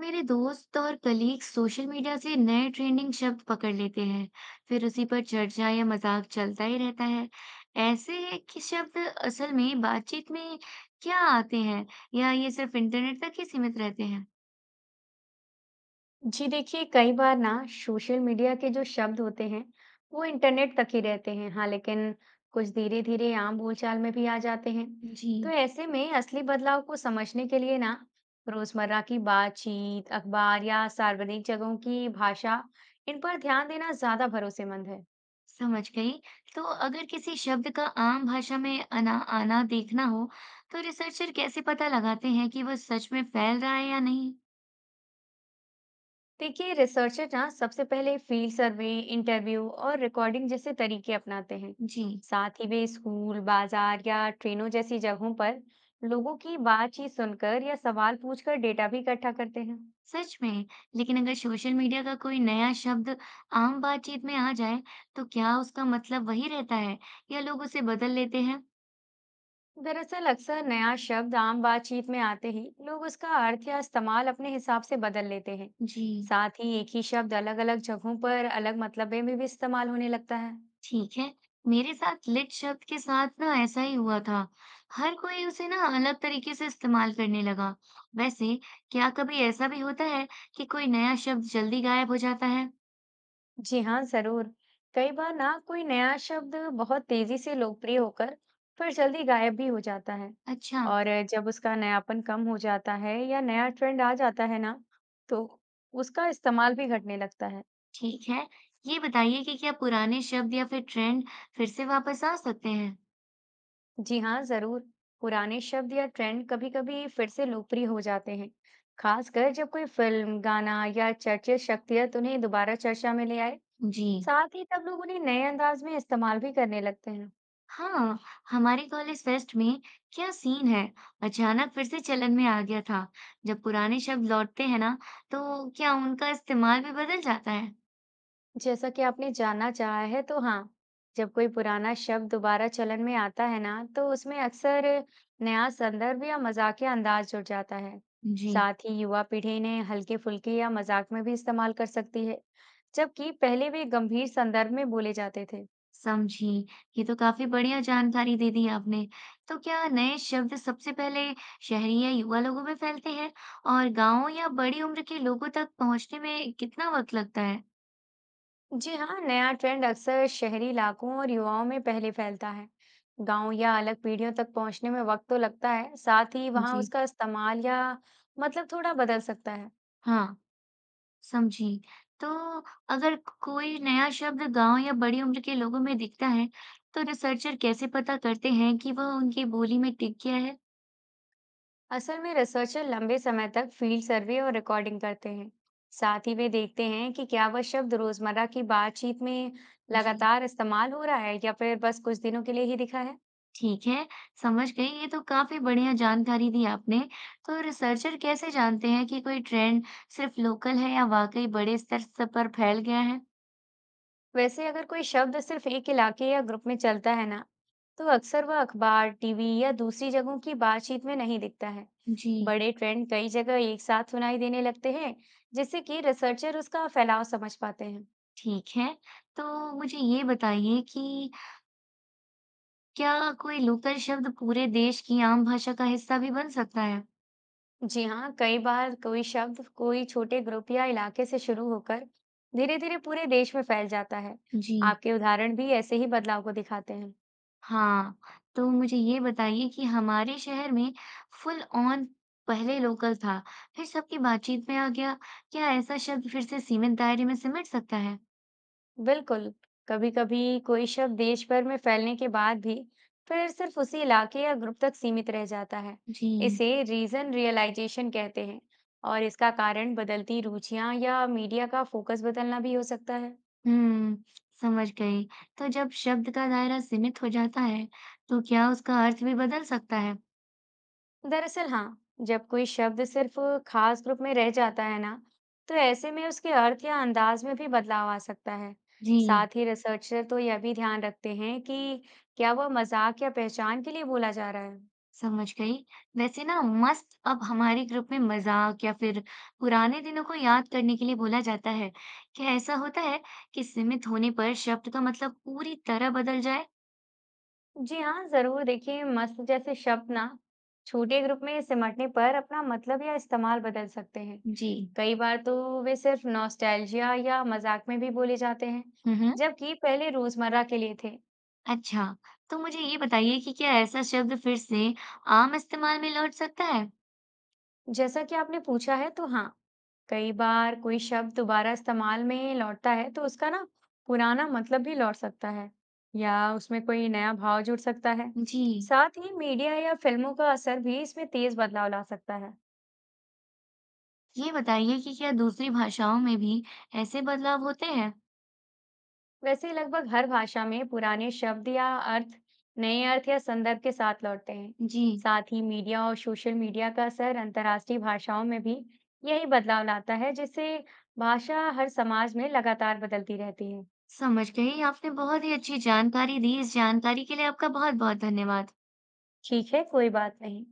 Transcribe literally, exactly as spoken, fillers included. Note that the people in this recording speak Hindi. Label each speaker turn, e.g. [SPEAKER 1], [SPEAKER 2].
[SPEAKER 1] मेरे दोस्त और कलीग्स सोशल मीडिया से नए ट्रेंडिंग शब्द पकड़ लेते हैं, फिर उसी पर चर्चा या मजाक चलता ही रहता है। ऐसे है कि शब्द असल में बातचीत में क्या आते हैं या ये सिर्फ इंटरनेट तक ही सीमित रहते हैं?
[SPEAKER 2] जी देखिए, कई बार ना सोशल मीडिया के जो शब्द होते हैं वो इंटरनेट तक ही रहते हैं। हाँ, लेकिन कुछ धीरे धीरे आम बोलचाल में भी आ जाते हैं।
[SPEAKER 1] जी
[SPEAKER 2] तो ऐसे में असली बदलाव को समझने के लिए ना रोजमर्रा की बातचीत, अखबार या सार्वजनिक जगहों की भाषा, इन पर ध्यान देना ज्यादा भरोसेमंद है।
[SPEAKER 1] समझ गई। तो अगर किसी शब्द का आम भाषा में आना आना देखना हो, तो रिसर्चर कैसे पता लगाते हैं कि वो सच में फैल रहा है या नहीं?
[SPEAKER 2] देखिए, रिसर्चर ना सबसे पहले फील्ड सर्वे, इंटरव्यू और रिकॉर्डिंग जैसे तरीके अपनाते हैं।
[SPEAKER 1] जी
[SPEAKER 2] साथ ही वे स्कूल, बाजार या ट्रेनों जैसी जगहों पर लोगों की बातचीत सुनकर या सवाल पूछकर डेटा भी इकट्ठा करते हैं।
[SPEAKER 1] सच में, लेकिन अगर सोशल मीडिया का कोई नया शब्द आम बातचीत में आ जाए, तो क्या उसका मतलब वही रहता है या लोग उसे बदल लेते हैं?
[SPEAKER 2] दरअसल, अक्सर नया शब्द आम बातचीत में आते ही लोग उसका अर्थ या इस्तेमाल अपने हिसाब से बदल लेते हैं।
[SPEAKER 1] जी,
[SPEAKER 2] साथ ही एक ही शब्द अलग-अलग जगहों पर अलग मतलब में भी इस्तेमाल होने लगता है।
[SPEAKER 1] ठीक है। मेरे साथ लिट शब्द के साथ ना ऐसा ही हुआ था। हर कोई उसे ना अलग तरीके से इस्तेमाल करने लगा। वैसे, क्या कभी ऐसा भी होता है कि कोई नया शब्द जल्दी गायब हो जाता है?
[SPEAKER 2] जी हाँ, जरूर। कई बार ना कोई नया शब्द बहुत तेजी से लोकप्रिय होकर फिर जल्दी गायब भी हो जाता है।
[SPEAKER 1] अच्छा,
[SPEAKER 2] और जब उसका नयापन कम हो जाता है या नया ट्रेंड आ जाता है ना, तो उसका इस्तेमाल भी घटने लगता है।
[SPEAKER 1] ठीक है। ये बताइए कि क्या पुराने शब्द या फिर ट्रेंड फिर से वापस आ सकते हैं?
[SPEAKER 2] जी हाँ, जरूर। पुराने शब्द या ट्रेंड कभी-कभी फिर से लोकप्रिय हो जाते हैं, खासकर जब कोई फिल्म, गाना या चर्चित शख्सियत उन्हें दोबारा चर्चा में ले आए।
[SPEAKER 1] जी।
[SPEAKER 2] साथ ही तब लोग उन्हें नए अंदाज में इस्तेमाल भी करने लगते हैं।
[SPEAKER 1] हाँ, हमारे कॉलेज फेस्ट में क्या सीन है अचानक फिर से चलन में आ गया था। जब पुराने शब्द लौटते हैं ना तो क्या उनका इस्तेमाल भी बदल जाता है?
[SPEAKER 2] जैसा कि आपने जानना चाहा है, तो हाँ, जब कोई पुराना शब्द दोबारा चलन में आता है ना, तो उसमें अक्सर नया संदर्भ या मजाकिया अंदाज जुड़ जाता है।
[SPEAKER 1] जी
[SPEAKER 2] साथ ही युवा पीढ़ी ने हल्के फुल्के या मजाक में भी इस्तेमाल कर सकती है, जबकि पहले वे गंभीर संदर्भ में बोले जाते थे।
[SPEAKER 1] समझी। ये तो काफी बढ़िया जानकारी दे दी आपने। तो क्या नए शब्द सबसे पहले शहरी या युवा लोगों में फैलते हैं और गांव या बड़ी उम्र के लोगों तक पहुंचने में कितना वक्त लगता है?
[SPEAKER 2] जी हाँ, नया ट्रेंड अक्सर शहरी इलाकों और युवाओं में पहले फैलता है। गांव या अलग पीढ़ियों तक पहुंचने में वक्त तो लगता है। साथ ही वहां
[SPEAKER 1] जी,
[SPEAKER 2] उसका इस्तेमाल या मतलब थोड़ा बदल सकता है।
[SPEAKER 1] हाँ समझी। तो अगर कोई नया शब्द गाँव या बड़ी उम्र के लोगों में दिखता है, तो रिसर्चर कैसे पता करते हैं कि वह उनकी बोली में टिक गया है?
[SPEAKER 2] असल में रिसर्चर लंबे समय तक फील्ड सर्वे और रिकॉर्डिंग करते हैं। साथ ही वे देखते हैं कि क्या वह शब्द रोजमर्रा की बातचीत में
[SPEAKER 1] जी।
[SPEAKER 2] लगातार इस्तेमाल हो रहा है या फिर बस कुछ दिनों के लिए ही दिखा है।
[SPEAKER 1] ठीक है, समझ गई। ये तो काफ़ी बढ़िया जानकारी दी आपने। तो रिसर्चर कैसे जानते हैं कि कोई ट्रेंड सिर्फ लोकल है या वाकई बड़े स्तर स पर फैल गया है?
[SPEAKER 2] वैसे अगर कोई शब्द सिर्फ एक इलाके या ग्रुप में चलता है ना, तो अक्सर वह अखबार, टीवी या दूसरी जगहों की बातचीत में नहीं दिखता है।
[SPEAKER 1] जी।
[SPEAKER 2] बड़े ट्रेंड कई जगह एक साथ सुनाई देने लगते हैं, जिससे कि रिसर्चर उसका फैलाव समझ पाते हैं।
[SPEAKER 1] ठीक है। तो मुझे ये बताइए कि क्या कोई लोकल शब्द पूरे देश की आम भाषा का हिस्सा भी बन सकता है?
[SPEAKER 2] जी हाँ, कई बार कोई शब्द कोई छोटे ग्रुप या इलाके से शुरू होकर धीरे धीरे पूरे देश में फैल जाता है।
[SPEAKER 1] जी।
[SPEAKER 2] आपके उदाहरण भी ऐसे ही बदलाव को दिखाते हैं।
[SPEAKER 1] हाँ, तो मुझे ये बताइए कि हमारे शहर में फुल ऑन पहले लोकल था, फिर सबकी बातचीत में आ गया। क्या ऐसा शब्द फिर से सीमित दायरे में सिमट सकता है?
[SPEAKER 2] बिल्कुल, कभी कभी कोई शब्द देश भर में फैलने के बाद भी फिर सिर्फ उसी इलाके या ग्रुप तक सीमित रह जाता है।
[SPEAKER 1] जी,
[SPEAKER 2] इसे रीजन रियलाइजेशन कहते हैं, और इसका कारण बदलती रुचियां या मीडिया का फोकस बदलना भी हो सकता है।
[SPEAKER 1] हम्म, समझ गई। तो जब शब्द का दायरा सीमित हो जाता है, तो क्या उसका अर्थ भी बदल सकता है?
[SPEAKER 2] दरअसल हाँ, जब कोई शब्द सिर्फ खास ग्रुप में रह जाता है ना, तो ऐसे में उसके अर्थ या अंदाज में भी बदलाव आ सकता है।
[SPEAKER 1] जी।
[SPEAKER 2] साथ ही रिसर्चर तो यह भी ध्यान रखते हैं कि क्या वह मजाक या पहचान के लिए बोला जा रहा है।
[SPEAKER 1] समझ गई। वैसे ना मस्त अब हमारे ग्रुप में मजाक या फिर पुराने दिनों को याद करने के लिए बोला जाता है। क्या ऐसा होता है कि सीमित होने पर शब्द का मतलब पूरी तरह बदल जाए?
[SPEAKER 2] जी हाँ, जरूर। देखिए, मस्त जैसे शब्द ना छोटे ग्रुप में सिमटने पर अपना मतलब या इस्तेमाल बदल सकते हैं।
[SPEAKER 1] जी।
[SPEAKER 2] कई बार तो वे सिर्फ नॉस्टैल्जिया या मजाक में भी बोले जाते हैं,
[SPEAKER 1] हम्म।
[SPEAKER 2] जबकि पहले रोजमर्रा के लिए थे।
[SPEAKER 1] अच्छा, तो मुझे ये बताइए कि क्या ऐसा शब्द फिर से आम इस्तेमाल में लौट सकता है?
[SPEAKER 2] जैसा कि आपने पूछा है, तो हाँ, कई बार कोई शब्द दोबारा इस्तेमाल में लौटता है तो उसका ना पुराना मतलब भी लौट सकता है या उसमें कोई नया भाव जुड़ सकता है।
[SPEAKER 1] जी।
[SPEAKER 2] साथ ही मीडिया या फिल्मों का असर भी इसमें तेज बदलाव ला सकता है।
[SPEAKER 1] ये बताइए कि क्या दूसरी भाषाओं में भी ऐसे बदलाव होते हैं?
[SPEAKER 2] वैसे लगभग हर भाषा में पुराने शब्द या अर्थ नए अर्थ या संदर्भ के साथ लौटते हैं।
[SPEAKER 1] जी।
[SPEAKER 2] साथ ही मीडिया और सोशल मीडिया का असर अंतर्राष्ट्रीय भाषाओं में भी यही बदलाव लाता है, जिससे भाषा हर समाज में लगातार बदलती रहती है।
[SPEAKER 1] समझ गई। आपने बहुत ही अच्छी जानकारी दी। इस जानकारी के लिए आपका बहुत-बहुत धन्यवाद।
[SPEAKER 2] ठीक है, कोई बात नहीं।